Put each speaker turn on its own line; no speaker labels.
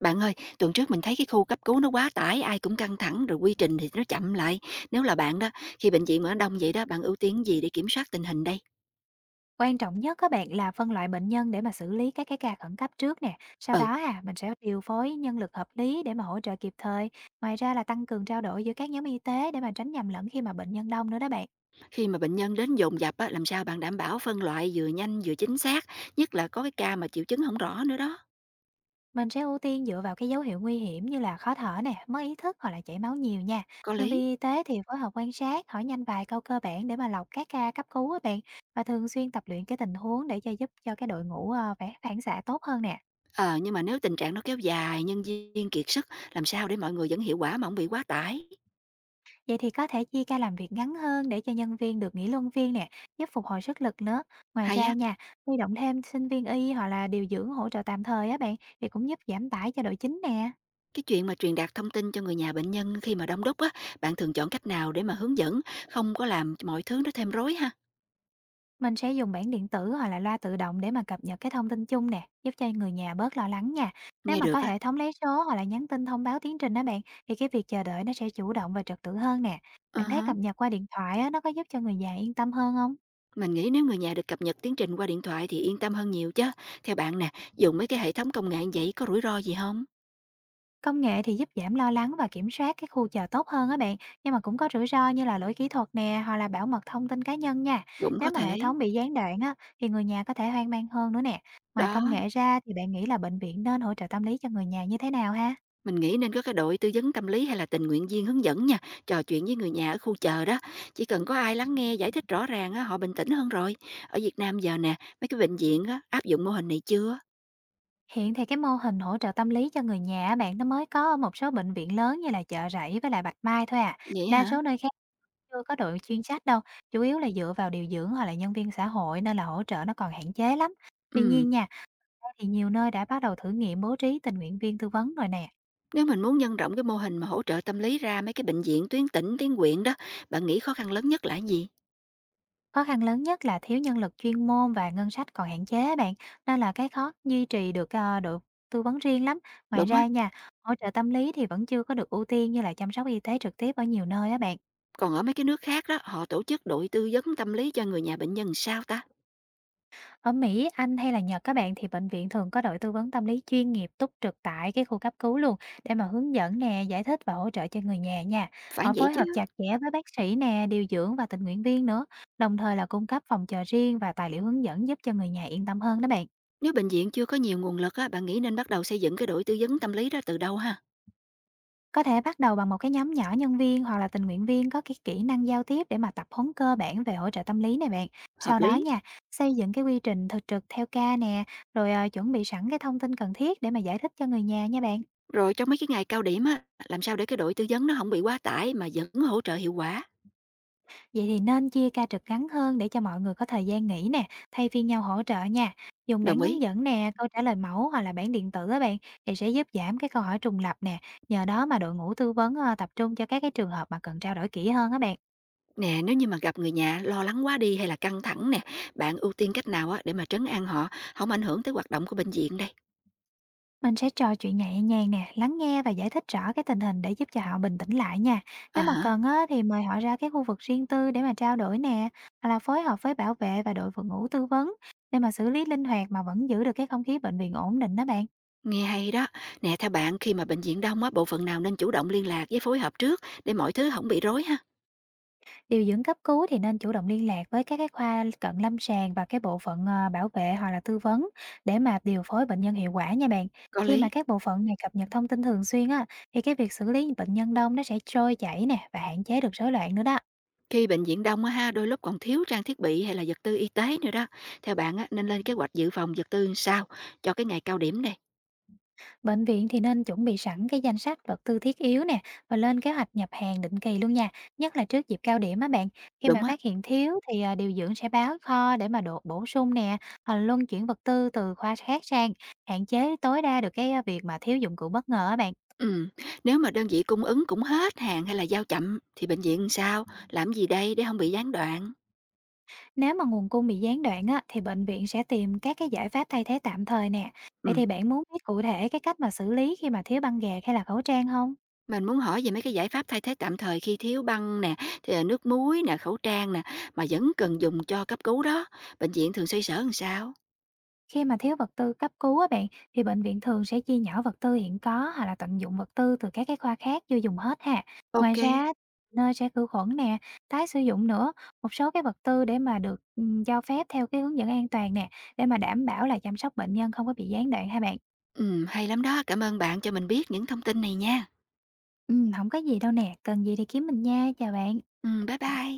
Bạn ơi, tuần trước mình thấy cái khu cấp cứu nó quá tải, ai cũng căng thẳng rồi quy trình thì nó chậm lại. Nếu là bạn đó, khi bệnh viện mà nó đông vậy đó, bạn ưu tiên gì để kiểm soát tình hình đây?
Quan trọng nhất các bạn là phân loại bệnh nhân để mà xử lý các cái ca khẩn cấp trước nè, sau
Ừ,
đó mình sẽ điều phối nhân lực hợp lý để mà hỗ trợ kịp thời. Ngoài ra là tăng cường trao đổi giữa các nhóm y tế để mà tránh nhầm lẫn khi mà bệnh nhân đông nữa đó bạn.
khi mà bệnh nhân đến dồn dập á, làm sao bạn đảm bảo phân loại vừa nhanh vừa chính xác, nhất là có cái ca mà triệu chứng không rõ nữa đó.
Mình sẽ ưu tiên dựa vào cái dấu hiệu nguy hiểm như là khó thở nè, mất ý thức hoặc là chảy máu nhiều nha.
Có
Nhân
lý.
viên y tế thì phối hợp quan sát, hỏi nhanh vài câu cơ bản để mà lọc các ca cấp cứu á bạn, và thường xuyên tập luyện cái tình huống để cho giúp cho cái đội ngũ phản phản xạ tốt hơn nè.
Ờ, nhưng mà nếu tình trạng nó kéo dài, nhân viên kiệt sức, làm sao để mọi người vẫn hiệu quả mà không bị quá tải?
Vậy thì có thể chia ca làm việc ngắn hơn để cho nhân viên được nghỉ luân phiên nè, giúp phục hồi sức lực nữa. Ngoài
Hay
ra
á,
nha, huy động thêm sinh viên y hoặc là điều dưỡng hỗ trợ tạm thời á bạn, thì cũng giúp giảm tải cho đội chính nè.
cái chuyện mà truyền đạt thông tin cho người nhà bệnh nhân khi mà đông đúc á, bạn thường chọn cách nào để mà hướng dẫn, không có làm mọi thứ nó thêm rối ha?
Mình sẽ dùng bảng điện tử hoặc là loa tự động để mà cập nhật cái thông tin chung nè, giúp cho người nhà bớt lo lắng nha. Nếu
Nghe
mà có
được á.
hệ thống lấy số hoặc là nhắn tin thông báo tiến trình đó bạn, thì cái việc chờ đợi nó sẽ chủ động và trật tự hơn nè.
À
Bạn thấy
há.
cập nhật qua điện thoại á, nó có giúp cho người già yên tâm hơn không?
Mình nghĩ nếu người nhà được cập nhật tiến trình qua điện thoại thì yên tâm hơn nhiều chứ. Theo bạn nè, dùng mấy cái hệ thống công nghệ như vậy có rủi ro gì không?
Công nghệ thì giúp giảm lo lắng và kiểm soát cái khu chợ tốt hơn á bạn, nhưng mà cũng có rủi ro như là lỗi kỹ thuật nè, hoặc là bảo mật thông tin cá nhân nha.
Cũng
Nếu
có
mà hệ
thể.
thống bị gián đoạn á, thì người nhà có thể hoang mang hơn nữa nè. Ngoài công
Đó,
nghệ ra thì bạn nghĩ là bệnh viện nên hỗ trợ tâm lý cho người nhà như thế nào ha?
mình nghĩ nên có cái đội tư vấn tâm lý hay là tình nguyện viên hướng dẫn nha, trò chuyện với người nhà ở khu chờ đó. Chỉ cần có ai lắng nghe giải thích rõ ràng á, họ bình tĩnh hơn rồi. Ở Việt Nam giờ nè, mấy cái bệnh viện á, áp dụng mô hình này chưa?
Hiện thì cái mô hình hỗ trợ tâm lý cho người nhà á bạn, nó mới có ở một số bệnh viện lớn như là Chợ Rẫy với lại Bạch Mai thôi à.
Vậy
Đa
hả?
số nơi khác chưa có đội chuyên trách đâu, chủ yếu là dựa vào điều dưỡng hoặc là nhân viên xã hội, nên là hỗ trợ nó còn hạn chế lắm. Tuy
Ừ.
nhiên nha, thì nhiều nơi đã bắt đầu thử nghiệm bố trí tình nguyện viên tư vấn rồi nè.
Nếu mình muốn nhân rộng cái mô hình mà hỗ trợ tâm lý ra mấy cái bệnh viện tuyến tỉnh, tuyến huyện đó, bạn nghĩ khó khăn lớn nhất là cái gì?
Khó khăn lớn nhất là thiếu nhân lực chuyên môn và ngân sách còn hạn chế á bạn, nên là cái khó duy trì được đội tư vấn riêng lắm. Ngoài
Đúng á.
ra nha, hỗ trợ tâm lý thì vẫn chưa có được ưu tiên như là chăm sóc y tế trực tiếp ở nhiều nơi á bạn.
Còn ở mấy cái nước khác đó, họ tổ chức đội tư vấn tâm lý cho người nhà bệnh nhân sao ta?
Ở Mỹ, Anh hay là Nhật các bạn, thì bệnh viện thường có đội tư vấn tâm lý chuyên nghiệp túc trực tại cái khu cấp cứu luôn, để mà hướng dẫn nè, giải thích và hỗ trợ cho người nhà nha.
Phải
Họ
vậy
phối
chứ,
hợp chặt chẽ với bác sĩ nè, điều dưỡng và tình nguyện viên nữa, đồng thời là cung cấp phòng chờ riêng và tài liệu hướng dẫn giúp cho người nhà yên tâm hơn đó bạn.
nếu bệnh viện chưa có nhiều nguồn lực á, bạn nghĩ nên bắt đầu xây dựng cái đội tư vấn tâm lý đó từ đâu ha?
Có thể bắt đầu bằng một cái nhóm nhỏ nhân viên hoặc là tình nguyện viên có cái kỹ năng giao tiếp để mà tập huấn cơ bản về hỗ trợ tâm lý này bạn.
Hợp
Sau đó
lý.
nha, xây dựng cái quy trình thực trực theo ca nè, rồi chuẩn bị sẵn cái thông tin cần thiết để mà giải thích cho người nhà nha bạn.
Rồi trong mấy cái ngày cao điểm á, làm sao để cái đội tư vấn nó không bị quá tải mà vẫn hỗ trợ hiệu quả?
Vậy thì nên chia ca trực ngắn hơn để cho mọi người có thời gian nghỉ nè, thay phiên nhau hỗ trợ nha. Dùng bản
Đồng ý.
hướng dẫn nè, câu trả lời mẫu hoặc là bản điện tử á bạn, thì sẽ giúp giảm cái câu hỏi trùng lặp nè. Nhờ đó mà đội ngũ tư vấn tập trung cho các cái trường hợp mà cần trao đổi kỹ hơn á bạn.
Nè, nếu như mà gặp người nhà lo lắng quá đi hay là căng thẳng nè, bạn ưu tiên cách nào á để mà trấn an họ, không ảnh hưởng tới hoạt động của bệnh viện đây?
Mình sẽ trò chuyện nhẹ nhàng nè, lắng nghe và giải thích rõ cái tình hình để giúp cho họ bình tĩnh lại nha.
À
Nếu mà
hả,
cần á, thì mời họ ra cái khu vực riêng tư để mà trao đổi nè, hoặc là phối hợp với bảo vệ và đội phục ngũ tư vấn để mà xử lý linh hoạt mà vẫn giữ được cái không khí bệnh viện ổn định đó bạn.
nghe hay đó. Nè, theo bạn khi mà bệnh viện đông á, bộ phận nào nên chủ động liên lạc với phối hợp trước để mọi thứ không bị rối ha?
Điều dưỡng cấp cứu thì nên chủ động liên lạc với các cái khoa cận lâm sàng và cái bộ phận bảo vệ hoặc là tư vấn, để mà điều phối bệnh nhân hiệu quả nha bạn.
Có
Khi mà
lý.
các bộ phận này cập nhật thông tin thường xuyên á, thì cái việc xử lý bệnh nhân đông nó sẽ trôi chảy nè, và hạn chế được rối loạn nữa đó.
Khi bệnh viện đông á ha, đôi lúc còn thiếu trang thiết bị hay là vật tư y tế nữa đó. Theo bạn á, nên lên kế hoạch dự phòng vật tư làm sao cho cái ngày cao điểm này?
Bệnh viện thì nên chuẩn bị sẵn cái danh sách vật tư thiết yếu nè, và lên kế hoạch nhập hàng định kỳ luôn nha, nhất là trước dịp cao điểm á bạn. Khi mà
Đúng á.
phát hiện thiếu thì điều dưỡng sẽ báo kho để mà độ bổ sung nè, hoặc là luân chuyển vật tư từ khoa khác sang, hạn chế tối đa được cái việc mà thiếu dụng cụ bất ngờ á bạn.
Ừ. Nếu mà đơn vị cung ứng cũng hết hàng hay là giao chậm thì bệnh viện làm sao? Làm gì đây để không bị gián đoạn?
Nếu mà nguồn cung bị gián đoạn á, thì bệnh viện sẽ tìm các cái giải pháp thay thế tạm thời nè. Vậy
Ừ.
thì bạn muốn biết cụ thể cái cách mà xử lý khi mà thiếu băng gạc hay là khẩu trang không?
Mình muốn hỏi về mấy cái giải pháp thay thế tạm thời khi thiếu băng nè, thì là nước muối nè, khẩu trang nè, mà vẫn cần dùng cho cấp cứu đó. Bệnh viện thường xoay sở làm sao?
Khi mà thiếu vật tư cấp cứu á bạn, thì bệnh viện thường sẽ chia nhỏ vật tư hiện có, hoặc là tận dụng vật tư từ các cái khoa khác chưa dùng hết ha. Ngoài
Ok.
ra, nơi sẽ khử khuẩn nè, tái sử dụng nữa, một số cái vật tư để mà được cho phép theo cái hướng dẫn an toàn nè, để mà đảm bảo là chăm sóc bệnh nhân không có bị gián đoạn ha bạn.
Ừ, hay lắm đó. Cảm ơn bạn cho mình biết những thông tin này nha.
Ừ, không có gì đâu nè, cần gì thì kiếm mình nha, chào bạn.
Ừ, bye bye.